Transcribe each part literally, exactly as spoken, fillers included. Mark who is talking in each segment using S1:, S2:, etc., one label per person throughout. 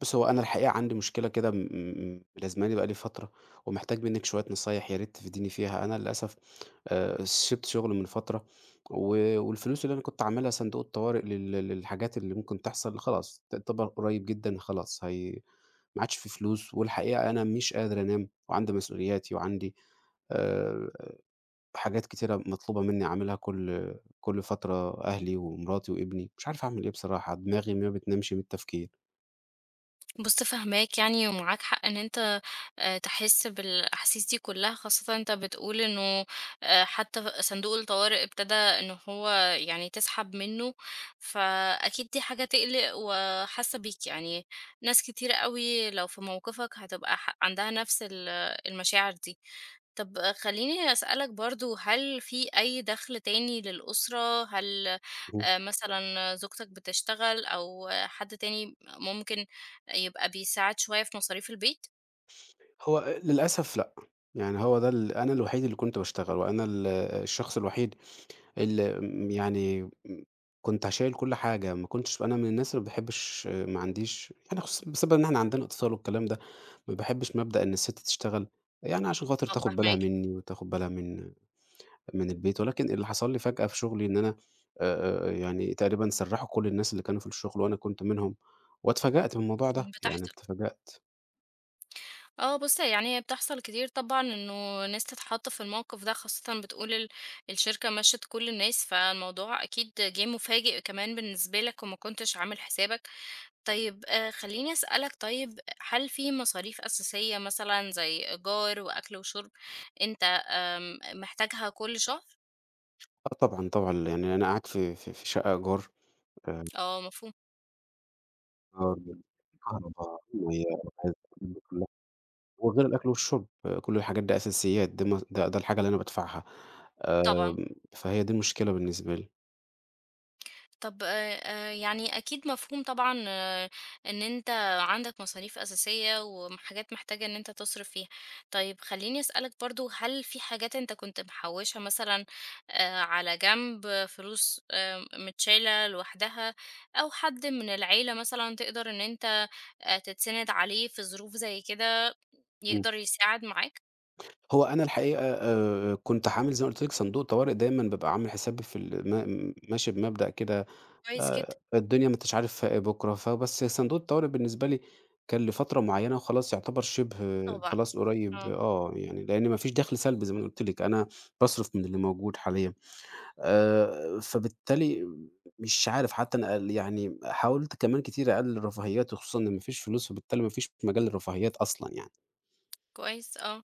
S1: بُص، هو أنا الحقيقة عندي مشكلة كده م م ملازماني بقى لي فترة، ومحتاج منِّك شوية نصايح يا ريت تفيديني فيها. أنا للأسف آآ سِبت شغل من فترة، و والفلوس اللي أنا كنت عاملها صندوق الطوارئ لل للحاجات اللي ممكن تحصل خلاص تعتبر قريب جدًا خلاص هي ما عادش في فلوس، والحقيقة أنا مش قادر أنام، وعندي مسؤولياتي وعندي آآ حاجات كتيرة مطلوبة منّي أعملها كل كل فترة أهلي ومراتي وابني، مش عارف أعمل إيه بصراحة، دماغي ما بتنامش من التفكير.
S2: بُص فاهماك يعني ومعاك حق إن أنت آآ تحس بالأحاسيس دي كلّها، خاصةً أنت بتقول إنه آآ حتى صندوق الطوارئ ابتدى إن هو يعني تسحب منّه، فأكيد دي حاجة تقلق وحاسة بيك، يعني ناس كتيرة أوي لو في موقفك هتبقى ح عندها نفس ال المشاعر دي. طب خلّيني أسألك برضه، هل في أي دخل تاني للأسرة؟ هل
S1: اهم.
S2: آآ مثلًا زوجتك بتشتغل أو آه، حد تاني ممكن يبقى بيساعد شوية في مصاريف البيت؟
S1: هو أ للأسف لأ، يعني هو ده ال أنا الوحيد اللي كنت باشتغل، وأنا ال الشخص الوحيد اللي م يعني م كنت شايل كل حاجة، ما كنتش أنا من الناس اللي ما باحبش ما عنديش يعني خصوصًا بسبب إن إحنا عندنا اتصال والكلام ده، ما باحبش مبدأ إن الست تشتغل، يعني عشان خاطر
S2: آه
S1: تاخد بالها
S2: فاهماك،
S1: مني وتاخد بالها من من البيت، ولكن اللي حصل لي فجأة في شغلي إن أنا آآ، آآ، يعني تقريبًا سرّحوا كل الناس اللي كانوا في الشغل وأنا كنت منهم، واتفاجأت من الموضوع
S2: إمم
S1: ده، يعني
S2: بتحصل.
S1: اتفاجأت.
S2: آه بُص، يعني هي بتحصل كتير طبعًا إنه ناس تتحط في الموقف ده، خاصةً بتقول ال الشركة مشّت كل الناس، فالموضوع أكيد جِه مفاجئ كمان بالنسبة لك وما كنتش عامل حسابك. طيب آآ خلّيني أسألك، طيب هل في مصاريف أساسية مثلًا زي إيجار وأكل وشرب أنت آمم محتاجها كل شهر؟
S1: آه طبعًا، طبعًا، يعني أنا قاعد في في في شقة إيجار، آآ
S2: آه مفهوم
S1: إيجار، كهربا، مَيّة، غاز، الحاجات دي كلّها، وغير الأكل والشرب، كل الحاجات دي أساسيات، دي م ده ده الحاجة اللي أنا بادفعها،
S2: طبعًا.
S1: آمم، فهي دي المشكلة بالنسبة لي.
S2: طب آآ يعني أكيد مفهوم طبعًا آه، إن أنت عندك مصاريف أساسية وحاجات محتاج إن أنت تصرف فيها. طيب خلّيني أسألك برضه، هل في حاجات أنت كنت محوّشها مثلًا آآ على جنب، آه، فلوس آآ متشالة لوحدها، أو حد من العيلة مثلًا تقدر إن أنت آآ تتسند عليه في ظروف زي كده
S1: إمم.
S2: يقدر يساعد معاك؟
S1: هو أنا الحقيقة آآ كنت عامل زي ما قُلت لِك صندوق طوارئ دايمًا بابقى عامل حسابي في ال ما ماشي بمبدأ كده.
S2: كويس جدًا،
S1: آآ الدنيا ما أنتش عارف بُكرة، فبس صندوق الطوارئ بالنسبة لي كان لفترة معيّنة وخلاص يعتبر شِبه
S2: طبعًا،
S1: خلاص قريب.
S2: آه،
S1: آه، يعني لإن ما فيش دَخْل سلبي زي ما أنا قُلت لِك، أنا باصرف من اللي موجود حاليًا آآ، فبالتالي مش عارف حتّى أنا ال يعني حاولت كمان كتير أقلِّل الرفاهيات وخصوصًا إن ما فيش فلوس، فبالتالي ما فيش مجال للرفاهيات أصلًا يعني.
S2: كويس، آه،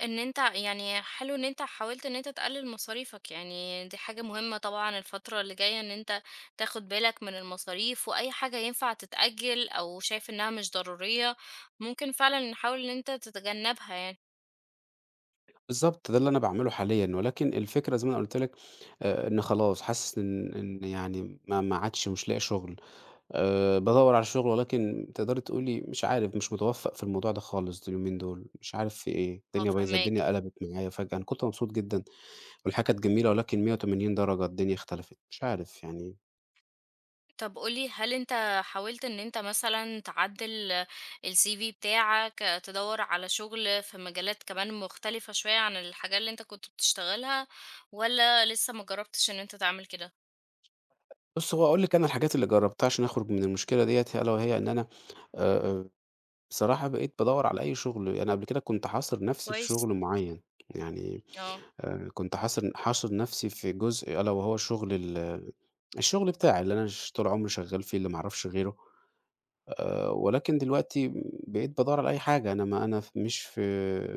S2: إن أنت يعني حلو إن أنت حاولت إن أنت تقلل مصاريفك، يعني دي حاجة مهمة طبعًا الفترة اللي جاية إن أنت تاخد بالك من المصاريف، وأي حاجة ينفع تتأجل أو شايف إنها مش ضرورية، ممكن فعلًا نحاول إن أنت تتجنبها يعني.
S1: بالضبط، ده اللي أنا باعمله حاليًا، ولكن الفكرة زي ما أنا قُلت لِك آآ إن خلاص حاسس إن إن يعني ما ما عادش مش لاقي شُغل. آآ بادوّر على شغل ولكن تقدري تقولي مش عارف، مش متوفّق في الموضوع ده خالص اليومين دول، مش عارف في إيه،
S2: آه
S1: الدنيا بايظة،
S2: فاهماك.
S1: الدنيا قلبت معايا فجأة، أنا كنت مبسوط جدًا والحياة كانت جميلة، ولكن مائة وثمانين درجة الدنيا اختلفت، مش عارف يعني.
S2: طب قُل لي، هل أنت حاولت إن أنت مثلًا تعدّل ال سي في بتاعك، تدوّر على شغل في مجالات كمان مختلفة شوية عن الحاجات اللي أنت كنت بتشتغلها، والّا لسه ما جرّبتش إن أنت تعمل كده؟
S1: بُصّي، هو هاقول لِك أنا الحاجات اللي جرّبتها عشان أخرج من المشكلة ديّة ألا وهي إن أنا آآ بصراحة بقيت بادوّر على أي شغل، أنا قبل كده كنت حاصر نَفْسي في
S2: كويس،
S1: شغل معيّن، يعني
S2: آه،
S1: آآ كنت حاصر حاشر نَفْسي في جزء ألا وهو شغل ال الشغل بتاعي اللي أنا ش طول عمري شغّال فيه اللي ما اعرفش غيره. آآ ولكن دلوقتي بقيت بادوّر على أي حاجة، أنا ما أنا ف مش في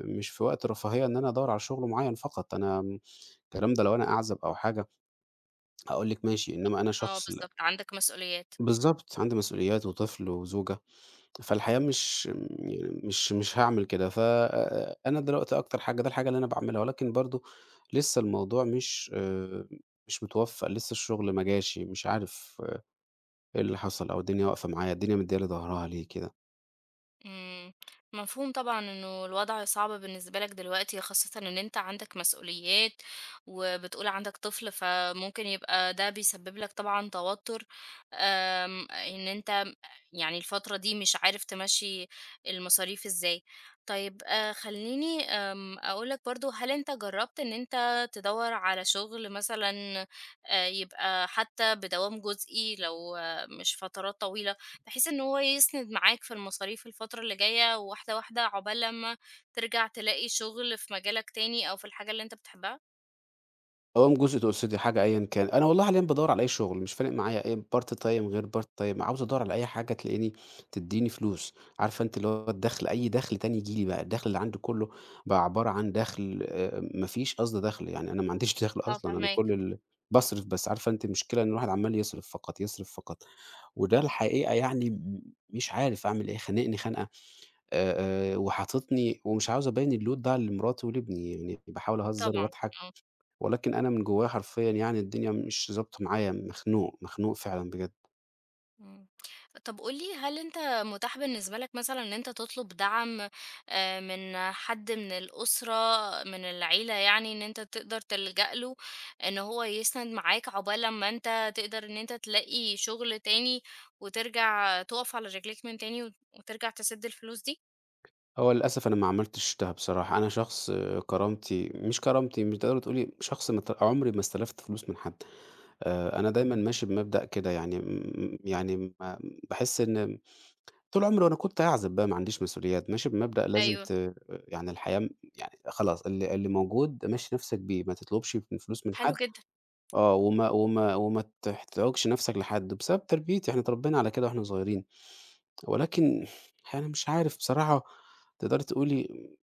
S1: مش في وقت رفاهية إن أنا أدوّر على شُغل معيّن فقط، أنا م الكلام ده لو أنا أعزب أو حاجة هاقول لِك ماشي، إنّما أنا
S2: آه
S1: شخص لأ.
S2: بالضبط، عندك مسؤوليات.
S1: بالضبط، عندي مسؤوليات وطفل وزوجة، فالحقيقة مش م يعني مش مش هاعمل كده، ف آآ أنا دلوقتي أكتر حاجة ده الحاجة اللي أنا باعملها، ولكن برضه لسّه الموضوع مش آآ مش متوفّق، لسّه الشُغل ما جاش، مش عارف آه، إيه اللي حصل أو الدنيا واقفة معايا، الدنيا مدّية لي ضهرها ليه كده؟
S2: إمم، مفهوم طبعًا إنه الوضع صعب بالنسبة لك دلوقتي، خاصةً إن أنت عندك مسؤوليات، وبتقول عندك طفل، فممكن يبقى ده بيسبب لك طبعًا توتر، آمم، إن أنت يعني الفترة دي مش عارف تمشّي المصاريف إزاي. طيب آآ خلّيني آمم أقول لك برضه، هل أنت جرّبت إن أنت تدوّر على شغل مثلًا آآ يبقى حتّى بدوام جزئي لو آه، مش فترات طويلة، بحيث إن هو يسند معاك في المصاريف الفترة اللي جاية، واحدة واحدة، عقبال لمّا ترجع تلاقي شغل في مجالك تاني أو في الحاجة اللي أنت بتحبها؟
S1: دوام جزئي تقصدي حاجة أيًا كان، أنا والله حاليًا بادوّر على أي شغل، مش فارق معايا إيه part time غير part time، عاوز أدوّر على أي حاجة تلاقيني تدّيني فلوس، عارفة أنتِ اللي هو الدخل أي دخل تاني ييجي لي بقى، الدخل اللي عندي كلّه بقى عبارة عن دخل آآ ما فيش قصد دخل، يعني أنا ما عنديش دخل
S2: آه
S1: أصلًا، أنا كل
S2: فاهماك،
S1: ال باصرف بس، عارفة أنتِ المشكلة إن الواحد عمّال يصرف فقط، يصرف فقط، وده الحقيقة يعني م مش عارف أعمل إيه، خانقني خنقة آآ، آآ وحاططني ومش عاوز أبيّن الload ده لمراتي ولابني، يعني باحاول أهزّر
S2: طبعًا،
S1: وأضحك،
S2: آه.
S1: ولكن أنا من جوايا حرفيًا يعني الدنيا مش ضابطة معايا، مخنوق، مخنوق فعلًا بجد.
S2: إمم. طب قُل لي، هل أنت متاح بالنسبة لك مثلًا إن أنت تطلب دعم آآ من حد من الأسرة، من العيلة، يعني إن أنت تقدر تلجأ له، إن هو يسند معاك عقبال لمّا أنت تقدر إن أنت تلاقي شغل تاني، وترجع تُقف على رجليك من تاني وت وترجع تسِد الفلوس دي؟
S1: هو للأسف أنا ما عملتش ده بصراحة، أنا شخص آه، كرامتي مش كرامتي مش تقدري تقولي شخص ما ت عمري ما استلفت فلوس من حد، آآ أنا دايمًا ماشي بمبدأ كده يعني م يعني ما باحس إن طول عمري وأنا كنت أعزب بقى ما عنديش مسؤوليات، ماشي بمبدأ لازم
S2: أيوه،
S1: ت يعني الحياة م يعني خلاص اللي اللي موجود مشّي نَفْسك بيه، ما تطلبش فلوس من
S2: حلو
S1: حد،
S2: جدًا،
S1: آه، وما وما وما تحتاجش نَفْسك لحد، بسبب تربيتي إحنا اتربّينا على كده وإحنا صغيرين، ولكن يعني مش عارف بصراحة تقدري تقولي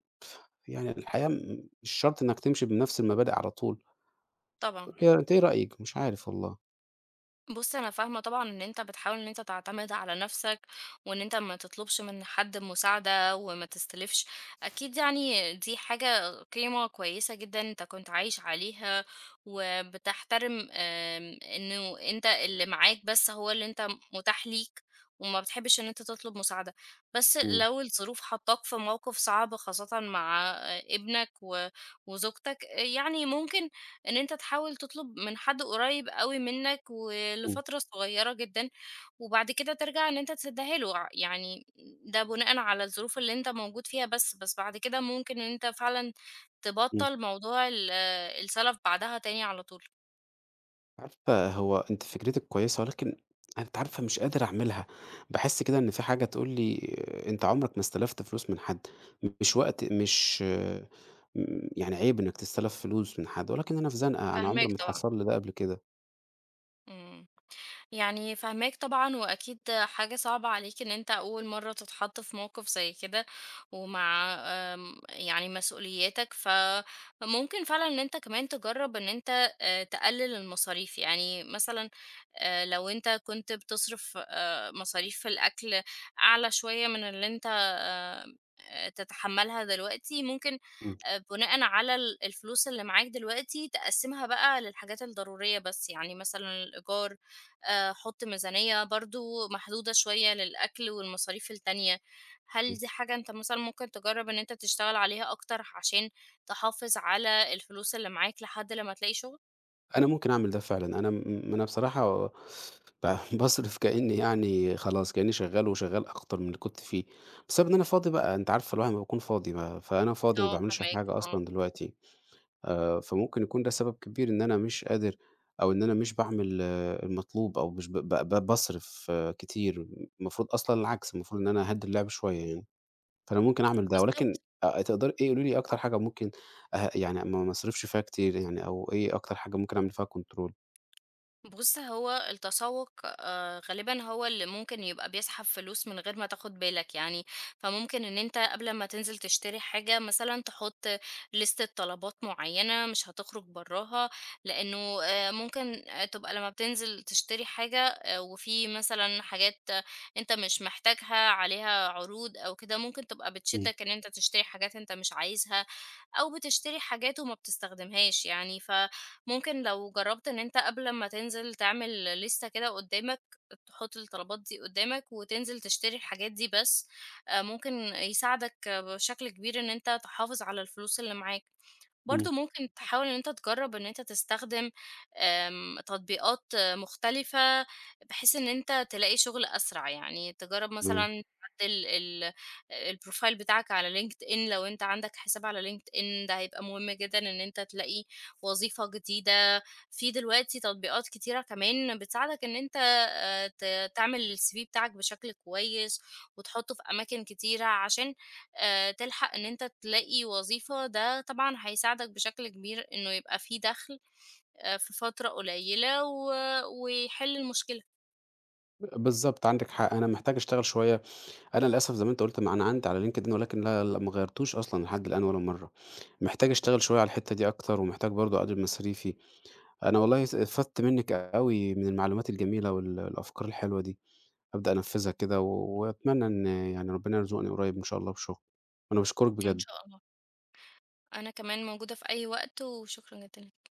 S1: يعني الحياة م مش شرط إنّك تمشي بنَفْس المبادئ على طول،
S2: طبعًا.
S1: هي أنتِ إيه رأيِك؟ مش عارف والله.
S2: بُص، أنا فاهمة طبعًا إن أنت بتحاول إن أنت تعتمد على نَفْسك، وإن أنت ما تطلبش من حد مساعدة وما تستلفش، أكيد يعني دي حاجة قيمة كويسة جدًا أنت كنت عايش عليها، وبتحترم آمم، إنه أنت اللي معاك بس هو اللي أنت متاح ليك، وما بتحبش إن أنت تطلب مساعدة. بس
S1: إمم.
S2: لو الظروف حطاك في موقف صعب، خاصةً مع آه، ابنك و وزوجتك، يعني ممكن إن أنت تحاول تطلب من حد قريب أوي منّك
S1: إمم.
S2: ولفترة صغيّرة جدًا، وبعد كده ترجع إن أنت تسدّها له، ع يعني ده بناءً على الظروف اللي أنت موجود فيها بس، بس بعد كده ممكن إن أنت فعلًا
S1: إمم.
S2: تبطّل موضوع ال السَلَف بعدها تاني على طول.
S1: عارفة هو أنتِ فكرتِك كويسة، ولكن أنتِ عارفة مش قادر أعملها، باحس كده إن في حاجة تقول لي أنت عمرك ما استلفت فلوس من حد، مش وقت مش آه، م يعني عيب إنك تستلف فلوس من حد، ولكن أنا في زنقة، أنا عمري
S2: فاهماك
S1: ما
S2: طبعًا.
S1: اتحصل لي ده قبل كده.
S2: إمم. يعني فهماك طبعا، واكيد حاجة صعبة عليك ان انت اول مرة تتحط في موقف زي كده، ومع آم، يعني مسؤولياتك، فممكن فعلا ان انت كمان تجرب ان انت آه، تقلل المصاريف، يعني مثلا آه، لو انت كنت بتصرف آه، مصاريف في الاكل اعلى شوية من اللي انت آه، آه، تتحملها دلوقتي، ممكن
S1: إمم.
S2: آه، بناء على ال- الفلوس اللي معاك دلوقتي تقسمها بقى للحاجات الضرورية بس، يعني مثلا الإيجار، آآ حُط ميزانية برضه محدودة شوية للأكل والمصاريف التانية. هل
S1: إمم.
S2: دي حاجة أنت مثلًا ممكن تجرّب إن أنت تشتغل عليها أكتر عشان تحافظ على الفلوس اللي معاك لحد لمّا تلاقي شغل؟
S1: أنا ممكن أعمل ده فعلًا، أنا م أنا بصراحة ب باصرف كأني يعني خلاص، كأني شغّال وشغّال أكتر من اللي كنت فيه، بسبب إن أنا فاضي بقى، أنتِ عارفة الواحد أمّا بيكون فاضي بقى، فأنا فاضي ما
S2: آه،
S1: باعملش
S2: فاهماك،
S1: حاجة
S2: آه،
S1: أصلًا دلوقتي. آآ، فممكن يكون ده سبب كبير إن أنا مش قادر أو إن أنا مش باعمل المطلوب أو مش ب ب ب باصرف آه، كتير، المفروض أصلًا العكس، المفروض إن أنا أهدّي اللعب شوية يعني، فأنا ممكن أعمل ده، ولكن
S2: بالضبط.
S1: أ تقدري إيه قولي لي أكتر حاجة ممكن أه يعني ما ما أصرفش فيها كتير يعني، أو إيه أكتر حاجة ممكن أعمل فيها control؟
S2: بُص، هو التسوّق آآ غالبًا هو اللي ممكن يبقى بيسحب فلوس من غير ما تاخد بالك يعني، فممكن إن أنت قبل ما تنزل تشتري حاجة مثلًا تحط لِستة طلبات معيّنة مش هتخرج براها، لإنه آآ ممكن آه، تبقى لمّا بتنزل تشتري حاجة آآ وفي مثلًا حاجات آه، أنت مش محتاجها عليها عروض أو كده، ممكن تبقى
S1: إمم.
S2: بتشدّك إن أنت تشتري حاجات أنت مش عايزها، أو بتشتري حاجات وما بتستخدمهاش يعني، ف ممكن لو جرّبت إن أنت قبل ما تنزل تعمل لِستة كده قدّامك، تحُط الطلبات دي قدّامك وتنزل تشتري الحاجات دي بس، آآ ممكن يساعدك بشكل كبير إن أنت تحافظ على الفلوس اللي معاك.
S1: إمم.
S2: برضه ممكن تحاول إن أنت تجرّب إن أنت تستخدم آمم، تطبيقات آه، مختلفة، بحيث إن أنت تلاقي شغل أسرع، يعني تجرّب
S1: تمام،
S2: مثلًا تعدّل ال الprofile بتاعك على LinkedIn، لو أنت عندك حساب على LinkedIn ده هيبقى مهم جدًا إن أنت تلاقي وظيفة جديدة. في دلوقتي تطبيقات كتيرة كمان بتساعدك إن أنت آآ، ت تعمل ال سي في بتاعك بشكل كويس وتحطّه في أماكن كتيرة عشان آآ تلحق إن أنت تلاقي وظيفة، ده طبعًا هيساعدك بشكل كبير إنه يبقى في دخل آآ في فترة قليلة و ويحل المشكلة.
S1: بالضبط عندِك حق، أنا محتاج أشتغل شوية، أنا للأسف زي ما أنتِ قُلت ما أنا عندي على LinkedIn، ولكن لا لا ما غيّرتوش أصلًا لحد الآن ولا مرّة، محتاج أشتغل شوية على الحتّة دي أكتر، ومحتاج برضه أقلل مصاريفي. أنا والله س استفدت منِّك أوي من المعلومات الجميلة وال الأفكار الحلوة دي، هابدأ أنفّذها كده و وأتمنى إن يعني ربنا يرزقني قريب إن شاء الله بشغل، وأنا باشكرِك
S2: إن
S1: بجد.
S2: شاء الله. أنا كمان موجودة في أي وقت، وشكرًا جدًا ليك.